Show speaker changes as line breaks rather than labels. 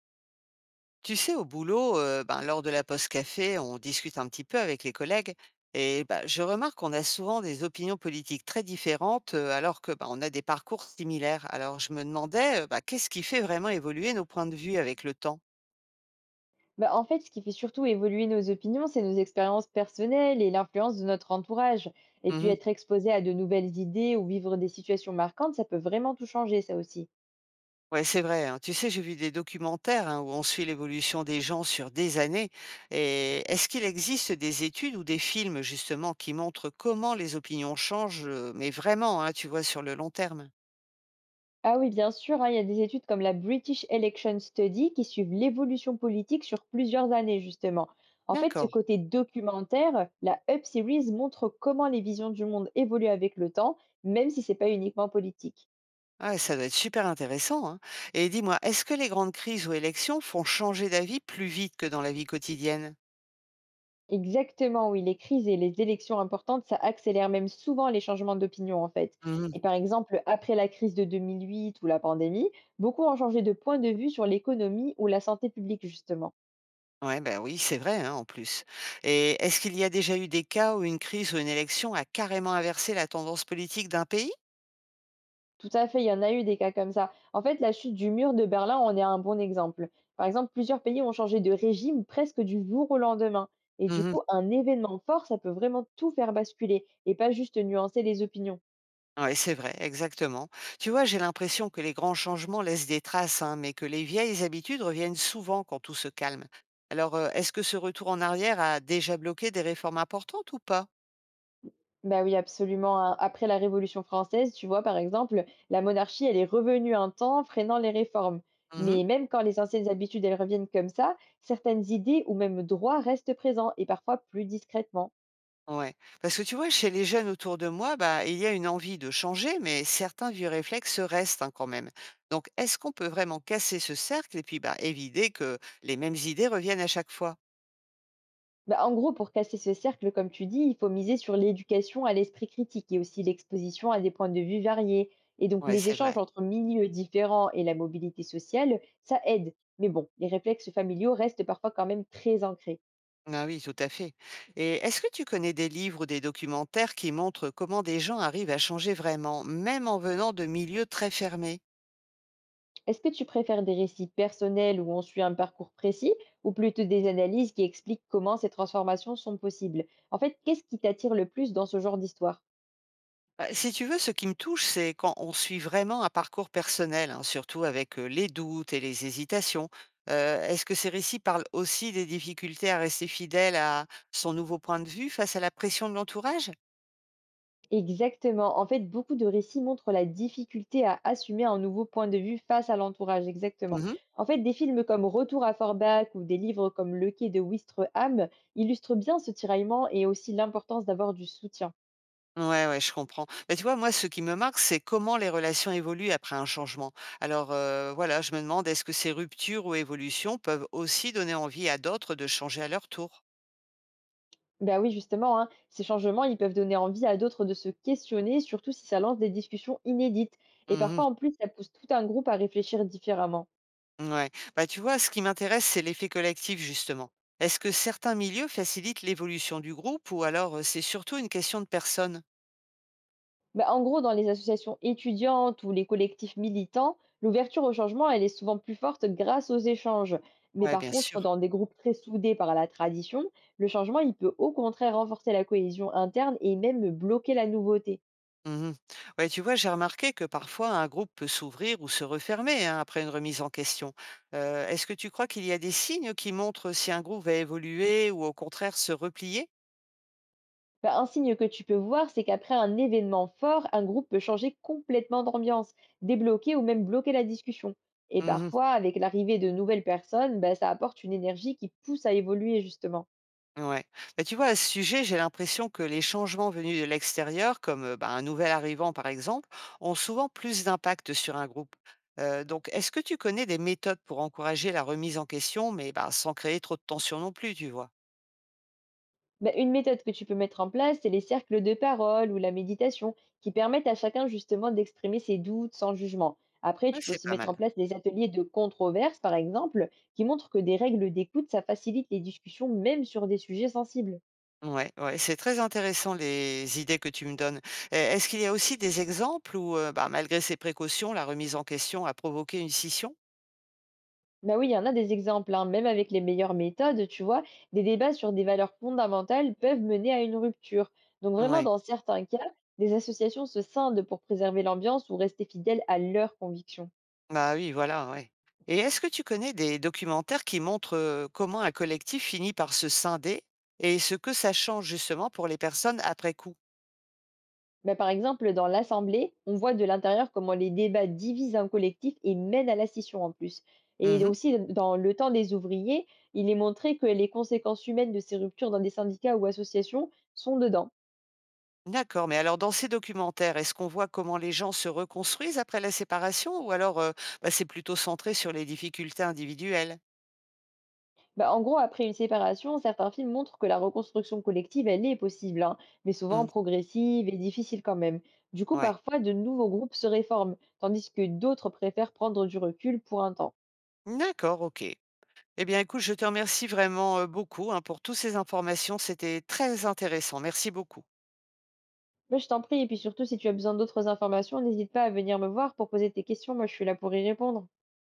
Tu sais, au boulot, lors de la pause café, on discute un petit peu avec les collègues et ben, je remarque qu'on a souvent des opinions politiques très différentes, alors que ben, on a des parcours similaires. Alors je me demandais, qu'est-ce qui fait vraiment évoluer nos points de vue avec le temps?
Bah, en fait, ce qui fait surtout évoluer nos opinions, c'est nos expériences personnelles et l'influence de notre entourage. Et puis
Mhm.
être exposé à de nouvelles idées ou vivre des situations marquantes, ça peut vraiment tout changer, ça aussi.
Ouais, c'est vrai, hein. Tu sais, j'ai vu des documentaires, hein, où on suit l'évolution des gens sur des années. Et est-ce qu'il existe des études ou des films justement qui montrent comment les opinions changent, mais vraiment, hein, tu vois, sur le long terme?
Ah oui, bien sûr, hein, il y a des études comme la British Election Study qui suivent l'évolution politique sur plusieurs années, justement. En fait, ce
D'accord.
côté documentaire, la Up Series montre comment les visions du monde évoluent avec le temps, même si c'est pas uniquement politique.
Ah ouais, ça doit être super intéressant, hein. Et dis-moi, est-ce que les grandes crises ou élections font changer d'avis plus vite que dans la vie quotidienne?
Exactement, oui, les crises et les élections importantes, ça accélère même souvent les changements d'opinion en fait.
Mhm.
Et par exemple, après la crise de 2008 ou la pandémie, beaucoup ont changé de point de vue sur l'économie ou la santé publique justement.
Ouais, ben oui, c'est vrai, hein, en plus. Et est-ce qu'il y a déjà eu des cas où une crise ou une élection a carrément inversé la tendance politique d'un pays?
Tout à fait, il y en a eu des cas comme ça. En fait, la chute du mur de Berlin en est un bon exemple. Par exemple, plusieurs pays ont changé de régime presque du jour au lendemain. Et du
Mhm.
coup, un événement fort, ça peut vraiment tout faire basculer et pas juste nuancer les opinions.
Ouais, c'est vrai, exactement. Tu vois, j'ai l'impression que les grands changements laissent des traces, hein, mais que les vieilles habitudes reviennent souvent quand tout se calme. Alors, est-ce que ce retour en arrière a déjà bloqué des réformes importantes ou pas?
Bah oui, absolument, hein. Après la Révolution française, tu vois, par exemple, la monarchie, elle est revenue un temps, freinant les réformes. Mais même quand les anciennes habitudes, elles reviennent comme ça, certaines idées ou même droits restent présents et parfois plus discrètement.
Ouais. Parce que tu vois, chez les jeunes autour de moi, bah, il y a une envie de changer, mais certains vieux réflexes restent, hein, quand même. Donc, est-ce qu'on peut vraiment casser ce cercle et puis bah, éviter que les mêmes idées reviennent à chaque fois?
Bah, en gros, pour casser ce cercle, comme tu dis, il faut miser sur l'éducation à l'esprit critique et aussi l'exposition à des points de vue variés. Et donc,
Ouais,
les
c'est
échanges
vrai.
entre milieux différents et la mobilité sociale, ça aide. Mais bon, les réflexes familiaux restent parfois quand même très ancrés.
Ah oui, tout à fait. Et est-ce que tu connais des livres ou des documentaires qui montrent comment des gens arrivent à changer vraiment, même en venant de milieux très fermés?
Est-ce que tu préfères des récits personnels où on suit un parcours précis, ou plutôt des analyses qui expliquent comment ces transformations sont possibles? En fait, qu'est-ce qui t'attire le plus dans ce genre d'histoire?
Bah, si tu veux, ce qui me touche, c'est quand on suit vraiment un parcours personnel, hein, surtout avec les doutes et les hésitations. Est-ce que ces récits parlent aussi des difficultés à rester fidèle à son nouveau point de vue face à la pression de l'entourage?
Exactement. En fait, beaucoup de récits montrent la difficulté à assumer un nouveau point de vue face à l'entourage. Exactement.
Mhm.
En fait, des films comme Retour à Forbach ou des livres comme Le Quai de Wistreham illustrent bien ce tiraillement et aussi l'importance d'avoir du soutien.
Ouais, ouais, je comprends. Mais tu vois, moi, ce qui me marque, c'est comment les relations évoluent après un changement. Alors, voilà, je me demande, est-ce que ces ruptures ou évolutions peuvent aussi donner envie à d'autres de changer à leur tour?
Bah oui, justement, hein, ces changements, ils peuvent donner envie à d'autres de se questionner, surtout si ça lance des discussions inédites. Et
Mhm.
parfois, en plus, ça pousse tout un groupe à réfléchir différemment.
Ouais. Bah, tu vois, ce qui m'intéresse, c'est l'effet collectif, justement. Est-ce que certains milieux facilitent l'évolution du groupe ou alors, c'est surtout une question de personnes?
Bah, en gros, dans les associations étudiantes ou les collectifs militants, l'ouverture au changement, elle est souvent plus forte grâce aux échanges. Mais
Ouais,
par
bien
contre,
sûr.
dans des groupes très soudés par la tradition, le changement, il peut au contraire renforcer la cohésion interne et même bloquer la nouveauté.
Mhm. Ouais, tu vois, j'ai remarqué que parfois un groupe peut s'ouvrir ou se refermer, hein, après une remise en question. Est-ce que tu crois qu'il y a des signes qui montrent si un groupe va évoluer ou au contraire se replier?
Bah, un signe que tu peux voir, c'est qu'après un événement fort, un groupe peut changer complètement d'ambiance, débloquer ou même bloquer la discussion. Et
Mhm.
parfois, avec l'arrivée de nouvelles personnes, bah, ça apporte une énergie qui pousse à évoluer justement.
Ouais. Bah, tu vois, à ce sujet, j'ai l'impression que les changements venus de l'extérieur, comme bah, un nouvel arrivant par exemple, ont souvent plus d'impact sur un groupe. Donc, est-ce que tu connais des méthodes pour encourager la remise en question, mais bah, sans créer trop de tension non plus, tu vois?
Bah, une méthode que tu peux mettre en place, c'est les cercles de parole ou la méditation, qui permettent à chacun justement d'exprimer ses doutes sans jugement. Après,
Ouais,
tu peux
c'est
aussi
pas
mettre en
mal.
place des ateliers de controverse, par exemple, qui montrent que des règles d'écoute, ça facilite les discussions même sur des sujets sensibles.
Ouais, ouais, c'est très intéressant les idées que tu me donnes. Est-ce qu'il y a aussi des exemples où, bah, malgré ces précautions, la remise en question a provoqué une scission?
Bah oui, il y en a des exemples, hein. Même avec les meilleures méthodes, tu vois, des débats sur des valeurs fondamentales peuvent mener à une rupture. Donc vraiment,
Ouais.
dans certains cas, des associations se scindent pour préserver l'ambiance ou rester fidèles à leurs convictions.
Bah oui, voilà, ouais. Et est-ce que tu connais des documentaires qui montrent, comment un collectif finit par se scinder et ce que ça change justement pour les personnes après coup?
Mais par exemple, dans l'Assemblée, on voit de l'intérieur comment les débats divisent un collectif et mènent à la scission en plus. Et
Mhm.
aussi, dans le temps des ouvriers, il est montré que les conséquences humaines de ces ruptures dans des syndicats ou associations sont dedans.
D'accord, mais alors dans ces documentaires, est-ce qu'on voit comment les gens se reconstruisent après la séparation ou alors, bah, c'est plutôt centré sur les difficultés individuelles?
Bah, en gros, après une séparation, certains films montrent que la reconstruction collective, elle est possible, hein, mais souvent
Mm.
progressive et difficile quand même. Du coup,
Ouais.
parfois, de nouveaux groupes se réforment, tandis que d'autres préfèrent prendre du recul pour un temps.
D'accord, ok. Eh bien, écoute, je te remercie vraiment, beaucoup, hein, pour toutes ces informations. C'était très intéressant. Merci beaucoup.
Mais je t'en prie, et puis surtout, si tu as besoin d'autres informations, n'hésite pas à venir me voir pour poser tes questions, moi je suis là pour y répondre.